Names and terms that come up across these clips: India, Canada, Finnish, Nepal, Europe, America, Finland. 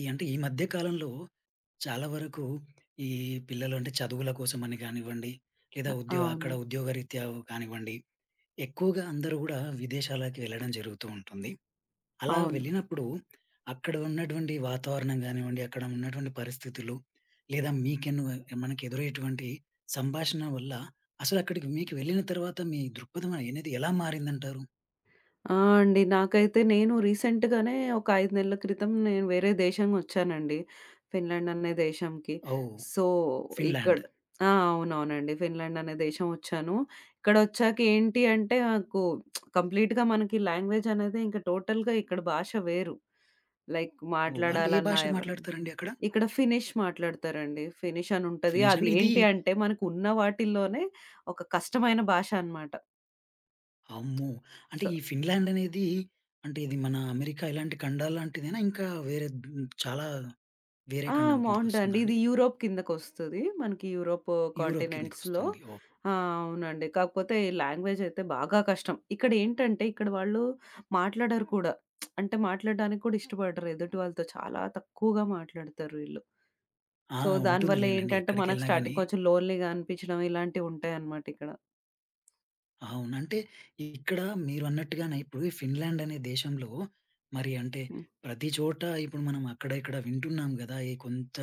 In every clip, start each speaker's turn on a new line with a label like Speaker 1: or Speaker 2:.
Speaker 1: ఈ మధ్య కాలంలో చాలా వరకు ఈ పిల్లలు అంటే చదువుల కోసమని కానివ్వండి, లేదా అక్కడ
Speaker 2: అవును.
Speaker 1: ఉద్యోగరీత్యా కానివ్వండి, ఎక్కువగా అందరూ గూడా విదేశాలకి వెళ్ళడం జరుగుతూ ఉంటుంది. అలా
Speaker 2: అవును.
Speaker 1: వెళ్ళినప్పుడు అక్కడ ఉన్నటువంటి వాతావరణం గానివ్వండి, అక్కడ ఉన్నటువంటి పరిస్థితులు, లేదా మనకు ఎదురయ్యేటువంటి సంభాషణ వల్ల అసలు అక్కడికి మీకు వెళ్ళిన తర్వాత మీ దృక్పథం అనేది ఎలా మారిందంటారు?
Speaker 2: ఆ! అండి. నాకైతే నేను రీసెంట్‌గానే ఒక 5 నెలల క్రితం నేను వేరే దేశంకొచ్చానండి. ఫిన్లాండ్ అనే దేశంకి.
Speaker 1: ఓహ్!
Speaker 2: సో, ఇక్కడ
Speaker 1: ఫిన్లాండ్.
Speaker 2: ఆ! అవునవునండి. ఫిన్లాండ్ అనే దేశం వచ్చాను. ఇక్కడొచ్చాక ఏంటి అంటే నాకు కంప్లీట్‌గా మనకి లాంగ్వేజ్ అనేది ఇంకా టోటల్‌గా ఇక్కడ భాష వేరు. లైక్
Speaker 1: ఓహ్! అంటే ఏ
Speaker 2: మాట్లాడాలన్నా
Speaker 1: భాష
Speaker 2: ఎవరు
Speaker 1: మాట్లాడతారండి అక్కడ?
Speaker 2: ఇక్కడ ఫినిష్ మాట్లాడతారండి. ఫినిష్ అని ఉంటది.
Speaker 1: ఫినిష్
Speaker 2: అది
Speaker 1: అండి ఇది.
Speaker 2: ఏంటి అంటే మనకు ఉన్న వాటిల్లోనే ఒక కష్టమైన భాష అన్నమాట.
Speaker 1: అమ్మో! అంటే
Speaker 2: సో
Speaker 1: ఈ ఫిన్లాండ్ అనేది అంటే ఇది మన అమెరికా ఇలాంటి ఖండాల లాంటిదేనా? ఇంకా వేరే చాలా వేరే
Speaker 2: ఆ!
Speaker 1: ఖండం కిందకొస్తుందా
Speaker 2: బావుంటదండి. ఇది
Speaker 1: అండి?
Speaker 2: యూరోప్ కిందకొస్తది. మనకి యూరోప్
Speaker 1: యూరోప్
Speaker 2: కాంటినెంట్స్‌లో.
Speaker 1: కిందకొస్తుంది. ఓహ్!
Speaker 2: ఆ! అవునండి. కాకపోతే ఈ లాంగ్వేజ్ అయితే బాగా కష్టం. ఇక్కడేంటంటే ఇక్కడ వాళ్ళు మాట్లాడరు కూడా. అంటే మాట్లాడడానికి కూడా ఇష్టపడరు. ఎదుటి వాళ్ళతో చాలా తక్కువగా మాట్లాడతారు వీళ్ళు.
Speaker 1: ఆ!
Speaker 2: సో,
Speaker 1: ఉంటుంది
Speaker 2: దానివల్ల
Speaker 1: లేండండి.
Speaker 2: ఏంటంటే మనకు
Speaker 1: ఎక్కడికెళ్ళినా గాని
Speaker 2: స్టార్టింగ్ కొంచెం లోన్‌లీగా అనిపించడం ఇలాంటివుంటాయన్నమాట ఇక్కడ.
Speaker 1: అవును. అంటే ఇక్కడ మీరన్నట్టుగానే ఇప్పుడు ఈ ఫిన్లాండ్ అనే దేశంలో మరి అంటే
Speaker 2: హ్మ్.
Speaker 1: ప్రతి చోట ఇప్పుడు మనం అక్కడ ఇక్కడ వింటున్నాం గదా! ఈ కొంత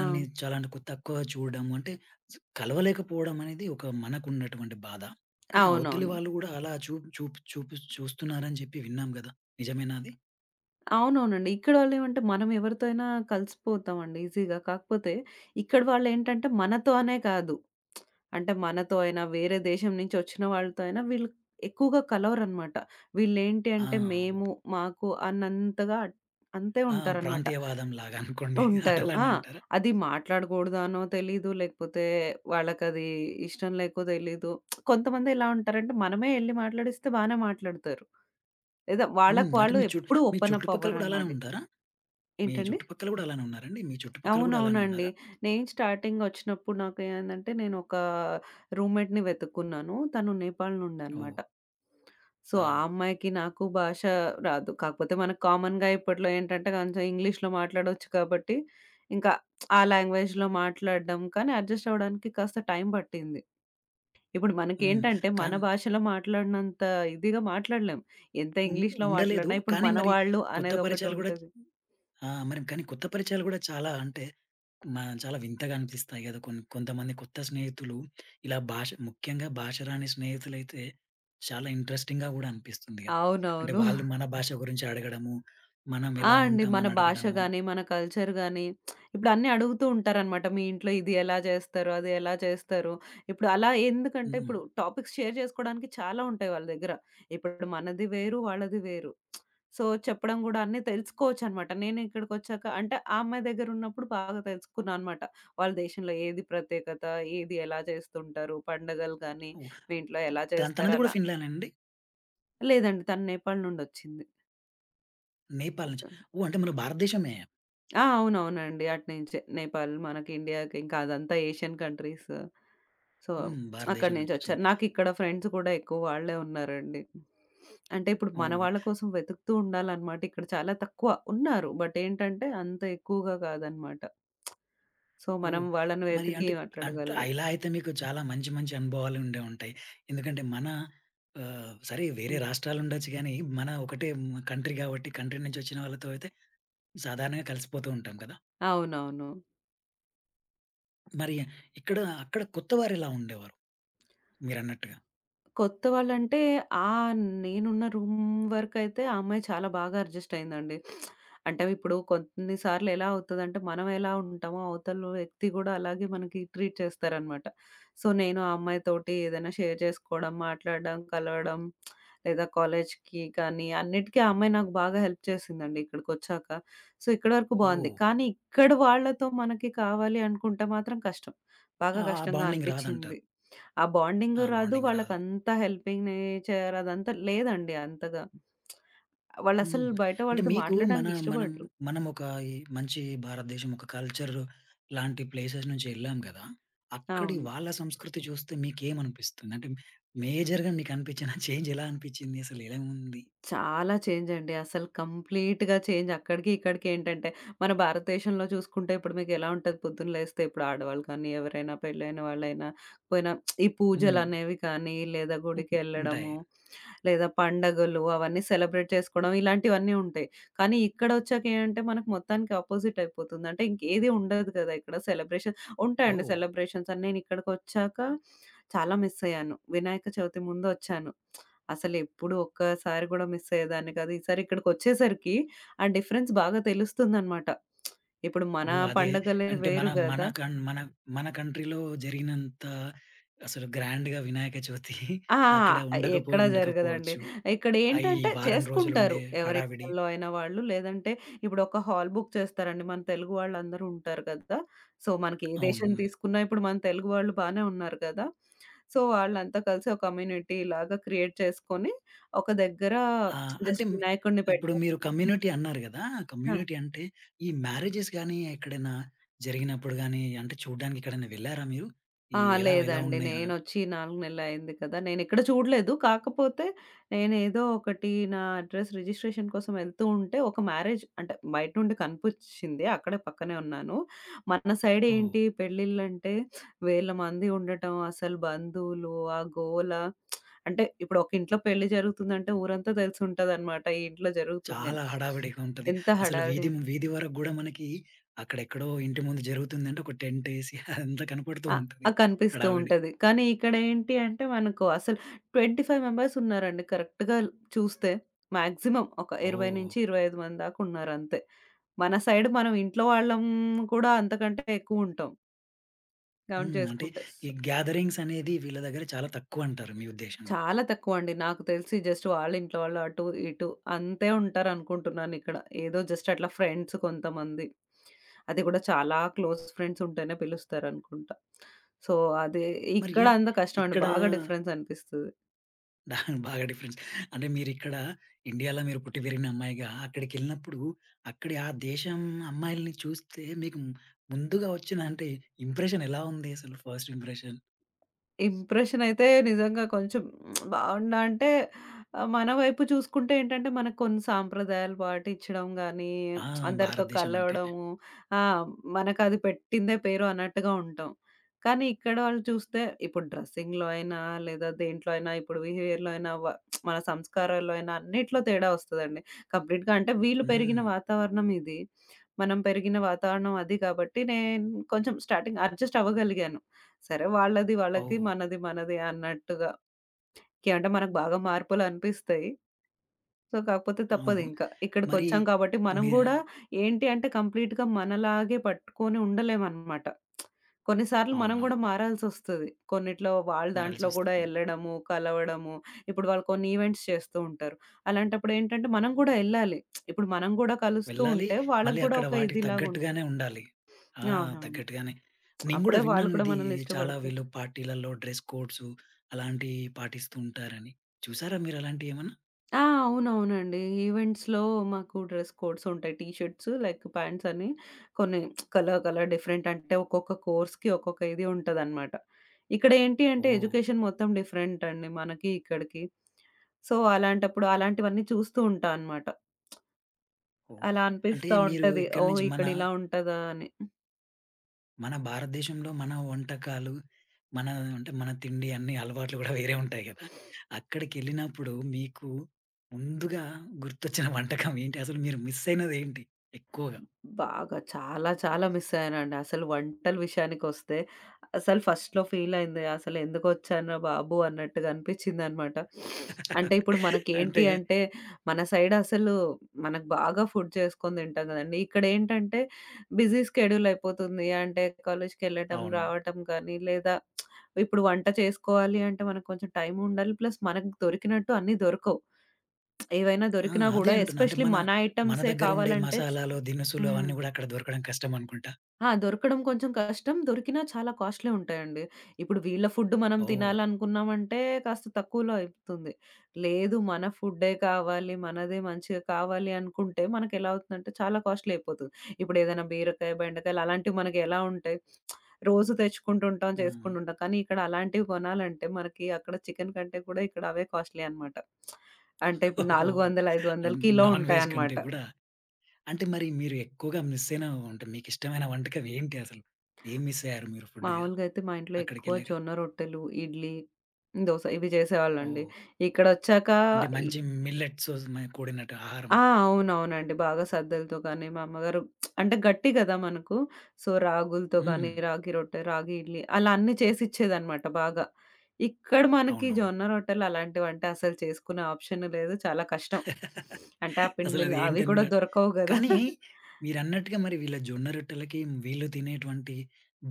Speaker 2: ఆ!
Speaker 1: చాలా అంటే కు తక్కువ చూడడం అంటే కలవలేకపోవడం అనేది ఒక మనకున్నటువంటి బాధ. కానీ అవతలి
Speaker 2: అవునవును.
Speaker 1: వాళ్ళు గూడా అలా చూ చూప్ చూపి చూస్తున్నారని చెప్పి విన్నాం గదా! నిజమేనా అది?
Speaker 2: అవునవునండి. ఇక్కడ వాళ్ళేమంటే మనం ఎవరితో అయినా కలిసిపోతామండి ఈజీగా. కాకపోతే ఇక్కడ వాళ్ళేంటంటే మనతో అనే కాదు. అంటే మనతో అయినా, వేరే దేశం నుంచి వచ్చిన వాళ్ళతో అయినా వీళ్ళు ఎక్కువగా కలవరనమాట. వీళ్ళేంటి
Speaker 1: ఆ!
Speaker 2: అంటే మేము,
Speaker 1: ఓకే.
Speaker 2: మాకు అన్నంతగా అంతే
Speaker 1: ఆ!
Speaker 2: ఉంటారనమాట.
Speaker 1: ప్రాంతీయవాదం లాగా అనుకోండి.
Speaker 2: ఉంటారు.
Speaker 1: అట్లానే
Speaker 2: ఆ!
Speaker 1: అంటారా?
Speaker 2: అది మాట్లాడకూడదు అనో తెలీదు. లేకపోతే వాళ్ళకది ఇష్టం లేకో తెలీదు. కొంతమంది ఎలా ఉంటారంటే మనమే ఎళ్లి మాట్లాడిస్తే బానే మాట్లాడతారు. లేదా
Speaker 1: హ్మ్.
Speaker 2: వాళ్ళకి
Speaker 1: అంటే
Speaker 2: వాళ్ళు ఎప్పుడూ
Speaker 1: మీ
Speaker 2: ఓపెన్ అప్
Speaker 1: చుట్టుపక్కల గూడా అలానే
Speaker 2: అవ్వరనమాట ఇక్కడ.
Speaker 1: ఉంటారా? మీ
Speaker 2: ఏంటండి?
Speaker 1: చుట్టుపక్కల గూడా అలానే ఉన్నారండి? మీ చుట్టుపక్కల గూడా అలానే
Speaker 2: అవునవునండి.
Speaker 1: ఉన్నారా?
Speaker 2: నేను స్టార్టింగ్ వచ్చినప్పుడు నాకేమైందంటే నేను ఒక రూమ్‌మేట్‌ని వెతుక్కున్నాను. తను నేపాల్
Speaker 1: ఓహ్!
Speaker 2: నుండనమాట. సో, ఆ
Speaker 1: ఆ!
Speaker 2: అమ్మాయికి నాకు భాష రాదు. కాకపోతే మనకు కామన్‌గా ఇప్పట్లో ఏంటంటే కొంచెం ఇంగ్లీష్‌లో మాట్లాడొచ్చు కాబట్టి, ఇంకా ఆ లాంగ్వేజ్‌లో మాట్లాడడం కానీ అడ్జస్ట్ అవ్వడానికి కాస్త టైం పట్టింది. ఇప్పుడు
Speaker 1: హ్మ్.
Speaker 2: మనకేంటంటే మన
Speaker 1: కాన్
Speaker 2: భాషలో మాట్లాడినంత ఇదిగా మాట్లాడలేం. ఎంత
Speaker 1: ఉన్
Speaker 2: ఇంగ్లీష్‌లో
Speaker 1: ఉండలేదు.
Speaker 2: మాట్లాడినా ఇప్పుడు
Speaker 1: కానీ మరి
Speaker 2: మనవాళ్ళు
Speaker 1: కొత్త పరిచయాలు గూడా
Speaker 2: అనేదొకటుంటది.
Speaker 1: ఆ! మరి కానీ కొత్త పరిచయాలు గూడా చాలా అంటే చాలా వింతగా అనిపిస్తాయి గదా! కొన్ని కొంతమంది కొత్త స్నేహితులు ఇలా భాష ముఖ్యంగా భాష రాని స్నేహితులైతే చాలా ఇంట్రెస్టింగ్‌గా గూడా అనిపిస్తుంది గదా! అంటే
Speaker 2: అవునవును.
Speaker 1: వాళ్ళు మన భాష గురించి అడగడము, మనం
Speaker 2: ఆ!
Speaker 1: ఎలా
Speaker 2: అండి.
Speaker 1: ఉంటాం
Speaker 2: మన
Speaker 1: అని
Speaker 2: భాష
Speaker 1: అడగడము.
Speaker 2: గాని, మన కల్చర్ గాని ఇప్పుడు అన్నీ అడుగుతూ ఉంటారనమాట. మీ ఇంట్లో ఇది ఎలా చేస్తారు? అది ఎలా చేస్తారు? ఇప్పుడు అలా ఎందుకంటే
Speaker 1: హ్మ్.
Speaker 2: ఇప్పుడు టాపిక్స్ షేర్ చేసుకోవడానికి చాలా ఉంటాయి వాళ్ళ దగ్గర. ఇప్పుడు మనది వేరు, వాళ్ళది వేరు. సో, చెప్పడం గూడా అన్నీ తెలుసుకోవచ్చనమాట. నేను ఇక్కడికొచ్చాక అంటే ఆ అమ్మాయి దగ్గర ఉన్నప్పుడు బాగా తెలుసుకున్నా అనమాట. వాళ్ళ దేశంలో ఏది ప్రత్యేకత? ఏది ఎలా చేస్తుంటారు? పండగలు గాని,
Speaker 1: ఓహ్!
Speaker 2: మీ ఇంట్లో ఎలా
Speaker 1: తన
Speaker 2: చేస్తారు?
Speaker 1: తనది గూడా
Speaker 2: అలా.
Speaker 1: ఫిన్లాండేనా అండి?
Speaker 2: లేదండి తను నేపాల్ నుండొచ్చింది.
Speaker 1: నేపాల్ నుంచి.
Speaker 2: సో
Speaker 1: ఓహ్! అంటే మన భారతదేశమే.
Speaker 2: ఆ! అవునవునండి. అటు నుంచే నేపాల్ మనకి ఇండియాకి ఇంకా అదంతా ఏషియన్ కంట్రీస్. సో,
Speaker 1: హ్మ్. భారతదేశం
Speaker 2: అక్కడి
Speaker 1: నుంచి వచ్చింది.
Speaker 2: నుంచొచ్చారు. నాకిక్కడ ఫ్రెండ్స్ కూడా ఎక్కువ వాళ్ళే ఉన్నారండి. అంటే ఇప్పుడు మన
Speaker 1: ఓహ్!
Speaker 2: వాళ్ళ కోసం వెతుకుతూ ఉండాలనమాట. ఇక్కడ చాలా తక్కువ ఉన్నారు. బట్ ఏంటంటే అంత ఎక్కువగా కాదనమాట. సో, మనం
Speaker 1: ఓహ్!
Speaker 2: వాళ్ళని
Speaker 1: మరి
Speaker 2: వెతికి
Speaker 1: అంటే
Speaker 2: మాట్లాడగలిగాం.
Speaker 1: ఇలా అయితే మీకు చాలా మంచి మంచి అనుభవాలు ఉండే ఉంటాయి. ఎందుకంటే మన ఆహ్, సరే వేరే
Speaker 2: హ్మ్.
Speaker 1: రాష్ట్రాలు ఉండొచ్చు గానీ, మన ఒకటే కంట్రీ కాబట్టి కంట్రీ నుంచి వచ్చిన వాళ్ళతో అయితే సాధారణంగా కలిసిపోతూ ఉంటాం కదా!
Speaker 2: అవునవును.
Speaker 1: మరి ఇక్కడ అక్కడ కొత్తవారెలా ఉండేవారు మీరన్నట్టుగా?
Speaker 2: కొత్త వాళ్ళంటే, ఆ నేనున్న రూమ్ వరకైతే ఆ అమ్మాయి చాలా బాగా అడ్జస్ట్ అయిందండి. అంటే ఇప్పుడు కొన్ని సార్లు ఎలా అవుతదంటే, మనం ఎలా ఉంటామో అవతల వ్యక్తి గూడా అలాగే మనకి ట్రీట్ చేస్తారనమాట. సో, నేను ఆ అమ్మాయితోటి ఏదైనా షేర్ చేసుకోవడం, మాట్లాడడం, కలవడం లేదా కాలేజ్‌కి కానీ, అన్నిటికీ ఆ అమ్మాయి నాకు బాగా హెల్ప్ చేసిందండి ఇక్కడికొచ్చాక. సో, ఇక్కడి వరకు బావుంది.
Speaker 1: ఓహ్!
Speaker 2: కానీ ఇక్కడ వాళ్ళతో మనకి కావాలి అనుకుంటే మాత్రం కష్టం. బాగా
Speaker 1: ఆ! ఆ
Speaker 2: కష్టంగా
Speaker 1: బాండింగ్ రాదంటారు.
Speaker 2: అనిపిచ్చింది. ఆ
Speaker 1: ఆ
Speaker 2: బాండింగు రాదు.
Speaker 1: బాండింగ్ రాదు.
Speaker 2: వాళ్ళకంత హెల్పింగ్ నేచర్ అదంతా లేదండి అంతగా.
Speaker 1: హ్మ్.
Speaker 2: వాళ్ళసలు బయట
Speaker 1: అంటే
Speaker 2: వాళ్ళతో
Speaker 1: మీకు మన
Speaker 2: మాట్లాడడానికి
Speaker 1: మనం,
Speaker 2: ఇష్టపడరు.
Speaker 1: మనం ఒక ఈ మంచి భారతదేశం ఒక కల్చర్ లాంటి ప్లేసెస్ నుంచి ఎళ్ళాం గదా! అక్కడి
Speaker 2: అవును.
Speaker 1: వాళ్ళ సంస్కృతి చూస్తే మీకేమనిపిస్తుంది? అంటే మేజర్‌గా మీకనిపించిన చేంజ్ ఎలా అనిపించింది? అసలు ఎలా ఉంది?
Speaker 2: చాలా చేంజ్ అండి. అసలు కంప్లీట్‌గా చేంజ్. అక్కడికి, ఇక్కడికి ఏంటంటే మన భారతదేశంలో చూసుకుంటే ఇప్పుడు మీకెలా ఉంటది పొద్దున్న లేస్తే ఇప్పుడు ఆడవాళ్ళు కానీ, ఎవరైనా పెళ్ళైన వాళ్ళైనా పోయినా ఈ
Speaker 1: హ్మ్.
Speaker 2: పూజలనేవి కానీ, లేదా
Speaker 1: ఉంటాయి.
Speaker 2: గుడికెళ్ళడము, లేదా పండగలు అవన్నీ సెలబ్రేట్ చేసుకోవడం ఇలాంటివన్నీ ఉంటాయి. కానీ ఇక్కడొచ్చాక ఏంటంటే మనకు మొత్తానికి అపోజిట్ అయిపోతుంది. అంటే ఇంకేది ఉండదు కదా! ఇక్కడ సెలబ్రేషన్ ఉంటాయండి
Speaker 1: ఓహ్!
Speaker 2: సెలబ్రేషన్స్ అని నేనిక్కడికొచ్చాక చాలా మిస్ అయ్యాను. వినాయక చవితి ముందు ఒచ్చాను. అసలెప్పుడు ఒక్కసారి గూడా మిస్ అయ్యేదాన్ని కాదు. ఈసారి ఇక్కడికొచ్చేసరికి ఆ డిఫరెన్స్ బాగా తెలుస్తుందనమాట. ఇప్పుడు మన
Speaker 1: ఓహ్! అదే
Speaker 2: పండగలే
Speaker 1: అంటే మన
Speaker 2: వేరు
Speaker 1: మన
Speaker 2: గదా!
Speaker 1: కన్ మన మన కంట్రీలో జరిగినంత అసలు గ్రాండ్‌గా వినాయక చవితి
Speaker 2: ఆ!
Speaker 1: అక్కడ
Speaker 2: ఎక్కడా జరగదండి.
Speaker 1: ఉండకపోవచ్చు. ఆ ఈ
Speaker 2: ఇక్కడేంటంటే
Speaker 1: వారం
Speaker 2: చేసుకుంటారు.
Speaker 1: రోజులుండే
Speaker 2: ఎవరి
Speaker 1: హడావిడి.
Speaker 2: ఇళ్ళల్లో అయినా వాళ్ళు లేదంటే ఇప్పుడొక హాల్ బుక్ చేస్తారండి. మన తెలుగు వాళ్ళందరూ ఉంటారు కదా! సో, మనకి ఏ దేశం
Speaker 1: అవును.
Speaker 2: తీసుకున్నా ఇప్పుడు మన తెలుగు వాళ్ళు బానే ఉన్నారు కదా! సో, వాళ్ళంతా కలిసి ఒక కమ్యూనిటీ లాగా క్రియేట్ చేసుకొని ఒక దగ్గర
Speaker 1: ఆ! అంటే
Speaker 2: జస్ట్ వినాయకుడిని
Speaker 1: ఇప్పుడు
Speaker 2: పెట్టి
Speaker 1: మీరు కమ్యూనిటీ అన్నారు గదా!
Speaker 2: ఆ!
Speaker 1: కమ్యూనిటీ అంటే ఈ మ్యారేజెస్ గానీ, ఎక్కడైనా జరిగినప్పుడు గానీ, అంటే చూడ్డానికి ఎక్కడైనా వెళ్లారా మీరు? ఈ
Speaker 2: అహా!
Speaker 1: ఎలా ఎలా
Speaker 2: లేదండి.
Speaker 1: ఉన్నాయి?
Speaker 2: నేనొచ్చి 4 నెలలయింది కదా! నేనెక్కడ చూడలేదు. కాకపోతే నేనేదో ఒకటి నా అడ్రెస్ రిజిస్ట్రేషన్ కోసం వెళ్తూ ఉంటే ఒక మ్యారేజ్ అంటే బయట నుండి కనిపిచ్చింది. అక్కడే పక్కనే ఉన్నాను. మన సైడ్
Speaker 1: ఓహ్!
Speaker 2: ఏంటి పెళ్ళిళ్ళంటే వేల మంది ఉండటం, అసలు బంధువులు, ఆ గోల అంటే ఇప్పుడు ఒక ఇంట్లో పెళ్లి జరుగుతుందంటే ఊరంతా తెలిసుంటదనమాట. ఈ ఇంట్లో జరుగుతుంది అని.
Speaker 1: చాలా హడావిడిగా ఉంటది.
Speaker 2: ఎంత
Speaker 1: అసలు
Speaker 2: హడావిడి
Speaker 1: వీధి వీధి వరకు గూడా మనకి అక్కడెక్కడో ఇంటి ముందు జరుగుతుందంటే ఒక టెంట్ ఏసి అదంతా కనపడుతూ
Speaker 2: ఆ!
Speaker 1: ఉంటది
Speaker 2: ఆ! కనిపిస్తూ
Speaker 1: హడావిడి.
Speaker 2: ఉంటది. కానీ ఇక్కడేంటి అంటే మనకు అసలు 25 మెంబర్స్ ఉన్నారండి కరెక్ట్‌గా చూస్తే. మాక్సిమం ఒక
Speaker 1: ఓహ్!
Speaker 2: 20-25 మంది దాకా ఉన్నారంతే. మన సైడ్ మనం ఇంట్లో వాళ్ళం కూడా అంతకంటే ఎక్కువుంటాం కౌంట్
Speaker 1: హ్మ్. అంటే
Speaker 2: చేసుకుంటే.
Speaker 1: ఈ గ్యాదరింగ్స్ అనేది వీళ్ళ దగ్గర చాలా తక్కువంటారు మీ ఉద్దేశంలో.
Speaker 2: చాలా తక్కువండి. నాకు తెలిసి జస్ట్ వాళ్ళ ఇంట్లో వాళ్ళు అటు, ఇటు అంతే ఉంటారనుకుంటున్నానిక్కడ. ఏదో జస్ట్ అట్లా ఫ్రెండ్స్ కొంతమంది. అది కూడా చాలా క్లోజ్ ఫ్రెండ్స్ ఉంటేనే పిలుస్తారనుకుంటా. సో, అది
Speaker 1: మరి
Speaker 2: ఇక్కడ అంత కష్టం అండి.
Speaker 1: ఇక్కడ
Speaker 2: బాగా డిఫరెన్స్ అనిపిస్తది.
Speaker 1: బాగా డిఫరెన్స్. అంటే మీరిక్కడ ఇండియాలో మీరు పుట్టి పెరిగిన అమ్మాయిగా, అక్కడికెళ్ళినప్పుడు అక్కడి ఆ దేశం అమ్మాయిల్ని చూస్తే మీకు ముందుగా వచ్చిన అంటే ఇంప్రెషన్ ఎలా ఉంది అసలు ఫస్ట్ ఇంప్రెషన్?
Speaker 2: ఇంప్రెషన్ అయితే నిజంగా కొంచెం బావుందా అంటే ఆహ్, మన వైపు చూసుకుంటే ఏంటంటే మనకు కొన్ని సాంప్రదాయాలు పాటించడం గానీ,
Speaker 1: ఆ!
Speaker 2: అందరితో
Speaker 1: భారతదేశం అంటేనే.
Speaker 2: కలవడము, ఆ! మనకది పెట్టిందే పేరు అన్నట్టుగా ఉంటాం. కానీ ఇక్కడ వాళ్ళు చూస్తే ఇప్పుడు డ్రెస్సింగ్‌లో అయినా, లేదా దేంట్లో అయినా, ఇప్పుడు బిహేవియర్‌లో అయినా, వ మన సంస్కారాల్లో అయినా అన్నిట్లో తేడా వస్తదండి. కంప్లీట్‌గా అంటే వీళ్ళు పెరిగిన
Speaker 1: హ్మ్.
Speaker 2: వాతావరణం ఇది. మనం పెరిగిన వాతావరణం అది కాబట్టి నేను కొంచెం స్టార్టింగ్ అడ్జస్ట్ అవ్వగలిగాను. సరే వాళ్ళది వాళ్ళకి,
Speaker 1: ఓహ్!
Speaker 2: మనది మనది అన్నట్టుగా. కి అంటే మనకు బాగా మార్పులనిపిస్తాయి. సో, కాకపోతే
Speaker 1: అవును.
Speaker 2: తప్పదింక.
Speaker 1: మరి
Speaker 2: ఇక్కడికొచ్చాం కాబట్టి మనం
Speaker 1: మీర
Speaker 2: గూడా ఏంటి అంటే కంప్లీట్‌గా మనలాగే పట్టుకొని ఉండలేమనమాట. కొన్ని సార్లు మనం గూడా
Speaker 1: అవునవును.
Speaker 2: మారాల్సొస్తది. కొన్నిట్లో వాళ్ళ దాంట్లో గూడా
Speaker 1: మారాల్సొస్తుంది.
Speaker 2: ఎళ్ళడము, కలవడము. ఇప్పుడు వాళ్ళు కొన్ని ఈవెంట్స్ చేస్తూ ఉంటారు. అలాంటప్పుడేంటంటే మనం గూడా ఎళ్ళాలి. ఇప్పుడు మనం గూడా కలుస్తూ
Speaker 1: వెళ్ళాలి.
Speaker 2: ఉంటే వాళ్ళకి
Speaker 1: మళ్ళీ
Speaker 2: గూడా
Speaker 1: అక్కడ
Speaker 2: ఒక
Speaker 1: వాటికి
Speaker 2: ఇదిలాగుంటది.
Speaker 1: తగ్గట్టుగానే ఉండాలి. ఆ!
Speaker 2: అవునవును.
Speaker 1: తగ్గట్టుగానే. నేను గూడా
Speaker 2: అప్పుడే వాళ్ళు
Speaker 1: విన్నాను
Speaker 2: కూడా
Speaker 1: ఇది
Speaker 2: మనల్ని
Speaker 1: చాలా
Speaker 2: ఇష్టపడతారు.
Speaker 1: వీళ్ళు పార్టీలలో డ్రెస్ కోడ్సు అలాంటివి పాటిస్తూ ఉంటారని. చూసారా మీరలాంటియేమన్నా?
Speaker 2: ఆ! అవునవునండి. ఈవెంట్స్‌లో మాకు డ్రెస్ కోడ్స్ ఉంటాయి. టీ షర్ట్స్ లైక్ ప్యాంట్స్ అని కొన్ని కలర్ కలర్ డిఫరెంట్ అంటే ఒక్కొక్క కోర్స్‌కి ఒక్కొక్క ఇది ఉంటదనమాట. ఇక్కడ ఏంటి అంటే
Speaker 1: ఓహ్!
Speaker 2: ఎడ్యుకేషన్ మొత్తం డిఫరెంట్ అండి మనకి ఇక్కడికి. సో, అలాంటప్పుడు అలాంటివన్నీ చూస్తూ ఉంటా అనమాట.
Speaker 1: ఓహ్!
Speaker 2: అలా
Speaker 1: అంటే
Speaker 2: అనిపిస్తా
Speaker 1: మీరు
Speaker 2: ఉంటది.
Speaker 1: ఇక్కడి
Speaker 2: ఓహ్!
Speaker 1: నుంచి మన,
Speaker 2: ఇక్కడ ఇలా ఉంటదా అని.
Speaker 1: మన భారతదేశంలో మన వంటకాలు, మన అంటే మన తిండి అన్ని అలవాట్లు గూడా వేరే ఉంటాయి గదా! అక్కడికెళ్ళినప్పుడు మీకు ముందుగా గుర్తొచ్చిన వంటకం ఏంటి? అసలు మీరు మిస్ అయినదేంటి ఎక్కువగా?
Speaker 2: బాగా. చాలా చాలా మిస్సయ్యానండి. అసలు వంటల విషయానికొస్తే అసలు ఫస్ట్‌లో ఫీలయింది. అసలెందుకొచ్చానురా బాబు అన్నట్టుగా అనిపిచ్చిందనమాట. అంటే ఇప్పుడు
Speaker 1: అంటే
Speaker 2: మనకేంటి అంటే మన సైడ్ అసలు మనకు బాగా ఫుడ్ చేసుకొని తింటాం గదండీ. ఇక్కడేంటంటే బిజీ స్కెడ్యూల్ అయిపోతుంది. అంటే కాలేజ్‌కెళ్ళటం,
Speaker 1: అవును.
Speaker 2: రావటం కానీ లేదా ఇప్పుడు వంట చేసుకోవాలి అంటే మనకు కొంచెం టైం ఉండాలి. ప్లస్ మనకు దొరికినట్టు అన్నీ దొరకవు. ఏవైనా
Speaker 1: ఆ!
Speaker 2: దొరికినా
Speaker 1: అదే
Speaker 2: గూడా
Speaker 1: అంటున్నా. అంటే
Speaker 2: ఎస్పెషల్లీ
Speaker 1: మన
Speaker 2: మన
Speaker 1: మన
Speaker 2: ఐటెమ్సే
Speaker 1: దగ్గర ఉండే
Speaker 2: కావాలంటే చ్
Speaker 1: మసాలాలు, దినుసులు
Speaker 2: హ్మ్.
Speaker 1: అవన్నీ గూడా అక్కడ దొరకడం కష్టం అనుకుంటా.
Speaker 2: ఆ! దొరకడం కొంచెం కష్టం. దొరికినా చాలా కాస్ట్‌లీ ఉంటాయండి. ఇప్పుడు వీళ్ళ ఫుడ్ మనం
Speaker 1: ఓహ్!
Speaker 2: తినాలనుకున్నామంటే కాస్త తక్కువలో అయితుంది. లేదు మన ఫుడ్డే కావాలి, మనదే మంచిగా కావాలి అనుకుంటే మనకెలా అవుతుందంటే చాలా కాస్ట్‌లీ అయిపోతుంది. ఇప్పుడు ఏదైనా బీరకాయ, బెండకాయలు అలాంటివి మనకి ఎలా ఉంటాయి? రోజు తెచ్చుకుంటుంటాం,
Speaker 1: హ్మ్.
Speaker 2: చేసుకుంటుంటాం. కానీ ఇక్కడ అలాంటివి కొనాలంటే మనకి అక్కడ చికెన్ కంటే కూడా ఇక్కడ అవే కాస్ట్‌లీ అన్నమాట. అంటే ఇప్పుడు
Speaker 1: ఓహో!
Speaker 2: 400, 500
Speaker 1: అండ్
Speaker 2: కిలో
Speaker 1: నాన్ వెజ్ కంటే
Speaker 2: ఉంటాయన్నమాట.
Speaker 1: గూడా అంటే మరి మీరు ఎక్కువగా మిస్ అయిన అంటే మీకిష్టమైన వంటకం ఏంటి అసలు? ఏం మిస్ అయ్యారు మీరు ఫుడ్‌గా
Speaker 2: మామూలుగా అయితే మా ఇంట్లో ఎక్కువ
Speaker 1: అక్కడికెళ్ళాక?
Speaker 2: జొన్న రొట్టెలు, ఇడ్లీ, దోస ఇవి జేసేవాళ్ళండి.
Speaker 1: ఓహ్!
Speaker 2: ఇక్కడొచ్చాక
Speaker 1: అంటే
Speaker 2: ఈ
Speaker 1: మంచి మిల్లెట్స్ కూడినట్టు
Speaker 2: ఆ!
Speaker 1: ఆహారమా?
Speaker 2: అవునవునండి. బాగా సద్దలతో కానీ, మా అమ్మగారు అంటే గట్టి గదా మనకు. సో, రాగులతో కానీ,
Speaker 1: హ్మ్.
Speaker 2: రాగి రొట్టె, రాగి ఇడ్లీ అలా అన్నీ చేసిచ్చేదనమాట బాగా. ఇక్కడ మనకి
Speaker 1: అవునవును.
Speaker 2: జొన్న రొట్టెలు అలాంటివంటే అసలు చేసుకునే ఆప్షన్ లేదు. చాలా కష్టం. అంటే ఆ
Speaker 1: అసలది
Speaker 2: పిండిలు అవి కూడా
Speaker 1: ఏంటని
Speaker 2: దొరకవు గదా!
Speaker 1: కానీ మీరన్నట్టుగా మరి వీళ్ళ జొన్న రొట్టెలకి, వీళ్ళు తినేటువంటి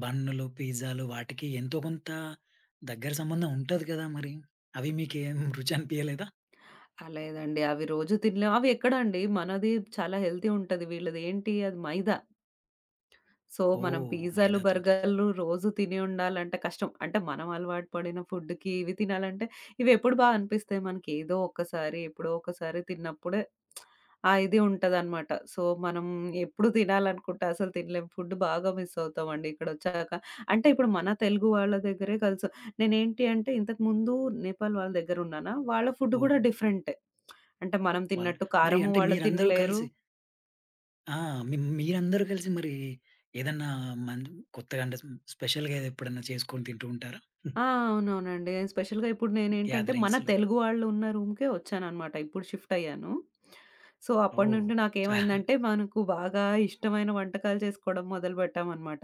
Speaker 1: బన్నులు, పిజ్జాలు వాటికి ఎంతో కొంత దగ్గర సంబంధం ఉంటది కదా మరి. అవి మీకేం రుచి అనిపియలేదా?
Speaker 2: ఆ! లేదండి. అవి రోజు తినలేం. అవి ఎక్కడండి మనది చాలా హెల్తీ ఉంటది. వీళ్ళదేంటి అది మైదా. సో, మనం
Speaker 1: ఓహ్!
Speaker 2: పిజ్జాలు,
Speaker 1: మైదాతో
Speaker 2: బర్గర్‌లు రోజు తిని ఉండాలంటే కష్టం. అంటే మనం అలవాటు పడిన ఫుడ్‌కి ఇవి తినాలంటే ఇవెప్పుడు బా అనిపిస్తాయి మనకి? ఏదో ఒక్కసారి, ఎప్పుడో ఒకసారి తిన్నప్పుడే ఆ ఇది ఉంటదనమాట. సో, మనం ఎప్పుడు తినాలనుకుంటే అసలు తినలేం. ఫుడ్ బాగా మిస్ అవుతామండి ఇక్కడొచ్చాక. అంటే ఇప్పుడు మన తెలుగు వాళ్ళ దగ్గరే కలుసు నేనేంటి అంటే ఇంతకుముందు నేపాల్ వాళ్ళ దగ్గరున్నానా, వాళ్ళ ఫుడ్
Speaker 1: ఓహ్!
Speaker 2: గూడా డిఫరెంటే. అంటే మనం
Speaker 1: వాళ్ళు
Speaker 2: తిన్నట్టు
Speaker 1: మరి
Speaker 2: కారము
Speaker 1: అంటే
Speaker 2: వాళ్ళు
Speaker 1: మీరందరూ
Speaker 2: తినలేరు.
Speaker 1: కలిసి ఆ! మీరందరూ కలిసి మరి ఏదన్నా మం కొత్తగా అంటే స్పెషల్‌గా ఎప్పుడన్నా చేసుకొని తింటూ ఉంటారా?
Speaker 2: ఆ! అవునవునండి. స్పెషల్‌గా ఇప్పుడు నేనేంటంటే, మన
Speaker 1: గ్యాదరింగ్స్‌లో.
Speaker 2: తెలుగు వాళ్ళు ఉన్న రూమ్‌కే వచ్చాననమాట. ఇప్పుడు షిఫ్ట్ అయ్యాను. సో, అప్పటి
Speaker 1: ఓహ్!
Speaker 2: నుండి
Speaker 1: చా
Speaker 2: నాకేమైందంటే, మనకు బాగా ఇష్టమైన వంటకాలు చేసుకోవడం మొదలుపెట్టామనమాట.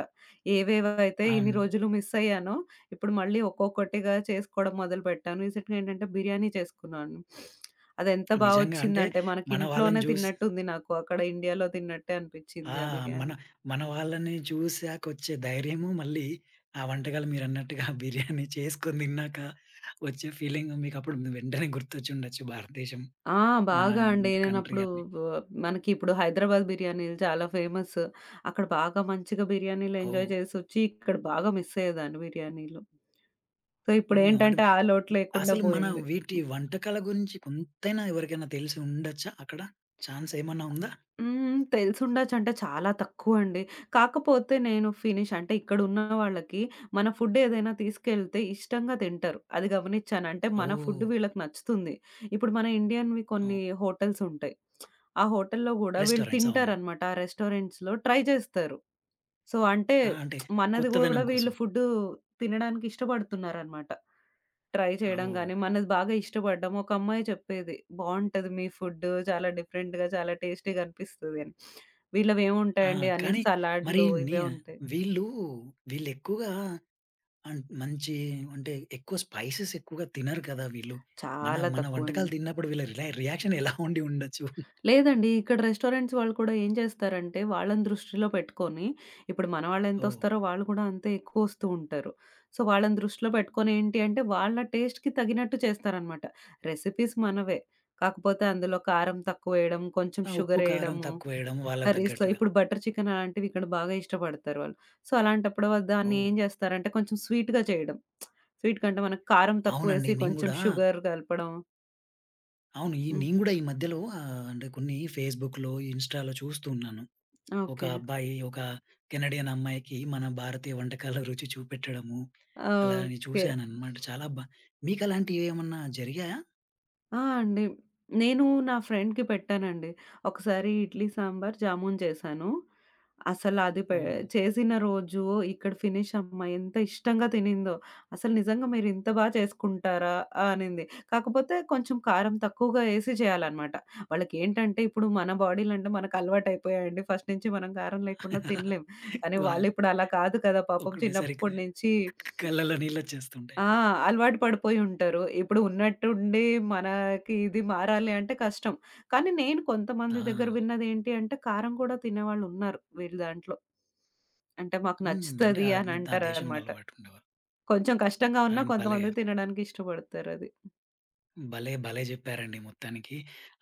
Speaker 2: ఏవేవైతే
Speaker 1: ఆహ్,
Speaker 2: ఇన్ని రోజులు మిస్ అయ్యానో, ఇప్పుడు మళ్ళీ ఒక్కొక్కటిగా చేసుకోవడం మొదలుపెట్టాను. రీసెంట్‌గా ఏంటంటే, బిర్యానీ చేసుకున్నాను. అదెంత బా
Speaker 1: నిజంగా అంటే
Speaker 2: వచ్చిందంటే, మనకి
Speaker 1: మన వాళ్ళని
Speaker 2: ఇంట్లోనే
Speaker 1: చూసి
Speaker 2: తిన్నట్టుంది నాకు. అక్కడ ఇండియాలో తిన్నట్టే
Speaker 1: ఆ!
Speaker 2: అనిపించింది ఆ
Speaker 1: మన
Speaker 2: బిర్యానీ.
Speaker 1: మన వాళ్ళని చూసాకొచ్చే ధైర్యము, మళ్ళీ ఆ వంటకాలు మీరన్నట్టుగా బిర్యానీ చేసుకొని తిన్నాక వచ్చే ఫీలింగ్ మీకప్పుడు వెంటనే గుర్తొచ్చుండొచ్చు భారతదేశం,
Speaker 2: ఆ!
Speaker 1: మన
Speaker 2: బాగా అండి.
Speaker 1: కంట్రీ
Speaker 2: నేనప్పుడు
Speaker 1: అని.
Speaker 2: ఆహ్, మనకి ఇప్పుడు హైదరాబాద్ బిర్యానీలు చాలా ఫేమస్. అక్కడ బాగా మంచిగా బిర్యానీలు
Speaker 1: ఓహ్!
Speaker 2: ఎంజాయ్ చేసొచ్చి, ఇక్కడ బాగా మిస్ అయ్యేదాన్ని బిర్యానీలు. సో,
Speaker 1: హ్మ్. అవడం
Speaker 2: ఇప్పుడేంటంటే ఆ లోటు లేకుండా
Speaker 1: అసలు మన
Speaker 2: పోయింది.
Speaker 1: వీటి వంటకాల గురించి కొంతైనా ఎవరికైనా తెలిసి ఉండొచ్చా అక్కడ? ఛాన్స్ ఏమన్నా ఉందా?
Speaker 2: హ్మ్. తెలిసుండొచ్చంటే చాలా తక్కువండి. కాకపోతే నేను ఫినిష్ అంటే ఇక్కడున్న వాళ్ళకి మన ఫుడ్ ఏదైనా తీసుకెళ్తే ఇష్టంగా తింటారు. అది గమనిచ్చాను. అంటే మన
Speaker 1: ఓహ్!
Speaker 2: ఫుడ్ వీళ్ళకి నచ్చుతుంది. ఇప్పుడు మన ఇండియన్‌వి కొన్ని
Speaker 1: ఓహ్!
Speaker 2: హోటల్సుంటాయి. ఆ హోటల్‌లో గూడా వీళ్ళు
Speaker 1: రెస్టారెంట్స్ అవును.
Speaker 2: తింటారనమాట. ఆ రెస్టారెంట్స్‌లో ట్రై చేస్తారు. సో, అంటే
Speaker 1: ఆ! అంటే
Speaker 2: మనది గూడా
Speaker 1: కొత్తదనం కోసం.
Speaker 2: వీళ్ళు ఫుడ్డు తినడానికి ఇష్టపడుతున్నారనమాట. ట్రై చేయడం
Speaker 1: ఓహ్!
Speaker 2: గానీ, మనది బాగా ఇష్టపడ్డం. ఒక అమ్మాయి చెప్పేది, "బావుంటది మీ ఫుడ్డు. చాలా డిఫరెంట్‌గా, చాలా టేస్టీగా అనిపిస్తది" అని.
Speaker 1: ఆ!
Speaker 2: వీళ్ళవేముంటాయండి అన్ని
Speaker 1: కానీ మరి
Speaker 2: సలాడ్లు
Speaker 1: నీ
Speaker 2: ఇవే ఉంటాయి.
Speaker 1: వీళ్ళు వీళ్ళెక్కువగా అంట్ మంచి అంటే ఎక్కువ స్పైసెస్ ఎక్కువగా తినరు కదా వీళ్ళు. మన
Speaker 2: చాలా
Speaker 1: మన
Speaker 2: తక్కువండి.
Speaker 1: వంటకాలు తిన్నప్పుడు వీళ్ళ రియాక్షన్ ఎలా ఉండి ఉండొచ్చు?
Speaker 2: లేదండి. ఇక్కడ రెస్టారెంట్స్ వాళ్ళు కూడా ఏం చేస్తారంటే, వాళ్ళని దృష్టిలో పెట్టుకొని, ఇప్పుడు మన
Speaker 1: ఓహ్!
Speaker 2: వాళ్ళెంతొస్తారో వాళ్ళు కూడా అంతే ఎక్కువొస్తూ ఉంటారు. సో, వాళ్ళని దృష్టిలో పెట్టుకొని ఏంటి అంటే, వాళ్ళ టేస్ట్‌కి తగినట్టు చేస్తారనమాట. రెసిపీస్ మనవే. కాకపోతే అందులో కారం తక్కువేయడం, కొంచెం
Speaker 1: ఆ ఉప్పు, కారం
Speaker 2: షుగరేయడము,
Speaker 1: తక్కువేయడం వాళ్ళకి
Speaker 2: కర్రీస్‌లో
Speaker 1: తగ్గట్టుగా.
Speaker 2: ఇప్పుడు బటర్ చికెన్ అలాంటివి ఇక్కడ బాగా ఇష్టపడతారు వాళ్ళు. సో, అలాంటప్పుడు వ దాన్ని
Speaker 1: ఓహ్!
Speaker 2: ఏం చేస్తారంటే, కొంచెం స్వీట్‌గా చేయడం. స్వీట్ కంటే మనకు కారం
Speaker 1: అవునండి.
Speaker 2: తక్కువేసి
Speaker 1: నేను
Speaker 2: కొంచెం
Speaker 1: గూడా
Speaker 2: షుగర్ కలపడం.
Speaker 1: అవును. ఈ
Speaker 2: హ్మ్.
Speaker 1: నేను గూడా ఈ మధ్యలో ఆహ్, అంటే కొన్ని ఫేస్‌బుక్‌లో, ఇన్‌స్టాలో చూస్తూ ఉన్నాను. ఒక
Speaker 2: ఓకే.
Speaker 1: అబ్బాయి ఒక కెనడియన్ అమ్మాయికి మన భారతీయ వంటకాల రుచి చూపెట్టడము. అలా నేను
Speaker 2: ఓకే.
Speaker 1: చూసాననమాట. చాలా మీకలాంటివేమన్నా జరిగాయా?
Speaker 2: ఆ! అండి. నేను నా ఫ్రెండ్‌కి పెట్టానండి. ఒకసారి ఇడ్లీ సాంబార్, జామున్ చేశాను. అసలది పె
Speaker 1: ఓహ్!
Speaker 2: చేసిన రోజు ఇక్కడ ఫినిష్ అమ్మ ఎంత ఇష్టంగా తినిందో. అసలు నిజంగా మీరింత బా చేసుకుంటారా? అనింది. కాకపోతే కొంచెం కారం తక్కువగా ఏసి చేయాలనమాట. వాళ్ళకేంటంటే ఇప్పుడు మన బాడీలంటే మనకలవాటయిపోయాయండి. ఫస్ట్ నుంచి మనం కారం లేకుండా తినలేం. కానీ
Speaker 1: వాళ్ళు
Speaker 2: వాళ్ళిప్పుడు అలా కాదు కదా! పాపం
Speaker 1: ఒకటేసరికి
Speaker 2: చిన్నప్పటి నుంచి
Speaker 1: కళ్ళలో నీళ్ళొచ్చేస్తుంటాయి.
Speaker 2: ఆ! అలవాటు పడిపోయి ఉంటారు. ఇప్పుడు ఉన్నట్టుండి మనకి ఇది మారాలి అంటే కష్టం. కానీ నేను
Speaker 1: ఆ!
Speaker 2: కొంతమంది దగ్గర విన్నదేంటి అంటే, కారం కూడా తినేవాళ్ళున్నారు వీళ్ళ దాంట్లో. అంటే మాకు
Speaker 1: హ్మ్. అంటే
Speaker 2: నచ్చుతది
Speaker 1: ఆ
Speaker 2: అని
Speaker 1: న్ ఆ దేశంలో
Speaker 2: అంటారనమాట.
Speaker 1: అలవాటు ఉండేవారు.
Speaker 2: కొంచెం కష్టంగా ఉన్నా
Speaker 1: అండ్ భలే,
Speaker 2: కొంతమంది తినడానికి ఇష్టపడతారది.
Speaker 1: భలే, భలే జెప్పారండి మొత్తానికి.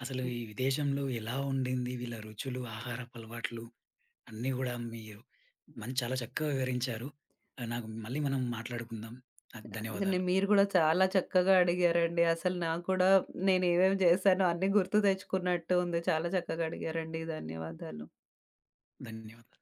Speaker 1: అసలు ఈ విదేశంలో ఎలా ఉండింది వీళ్ళ రుచులు, ఆహారపు అలవాట్లు అన్నీ గూడా మీరు చాలా చక్కగా వివరించారు. ఆహ్, నాకు మళ్ళీ మనం మాట్లాడుకుందాం. నాకు
Speaker 2: కానీ
Speaker 1: ధన్యవాదాలు.
Speaker 2: మీరు కూడా చాలా చక్కగా అడిగారండి. అసలు నాకు కూడా నేనేమేమి చేశానో అన్నీ గుర్తు తెచ్చుకున్నట్టు ఉంది. చాలా చక్కగా అడిగారండి. ధన్యవాదాలు.
Speaker 1: ధన్యవాదాలు.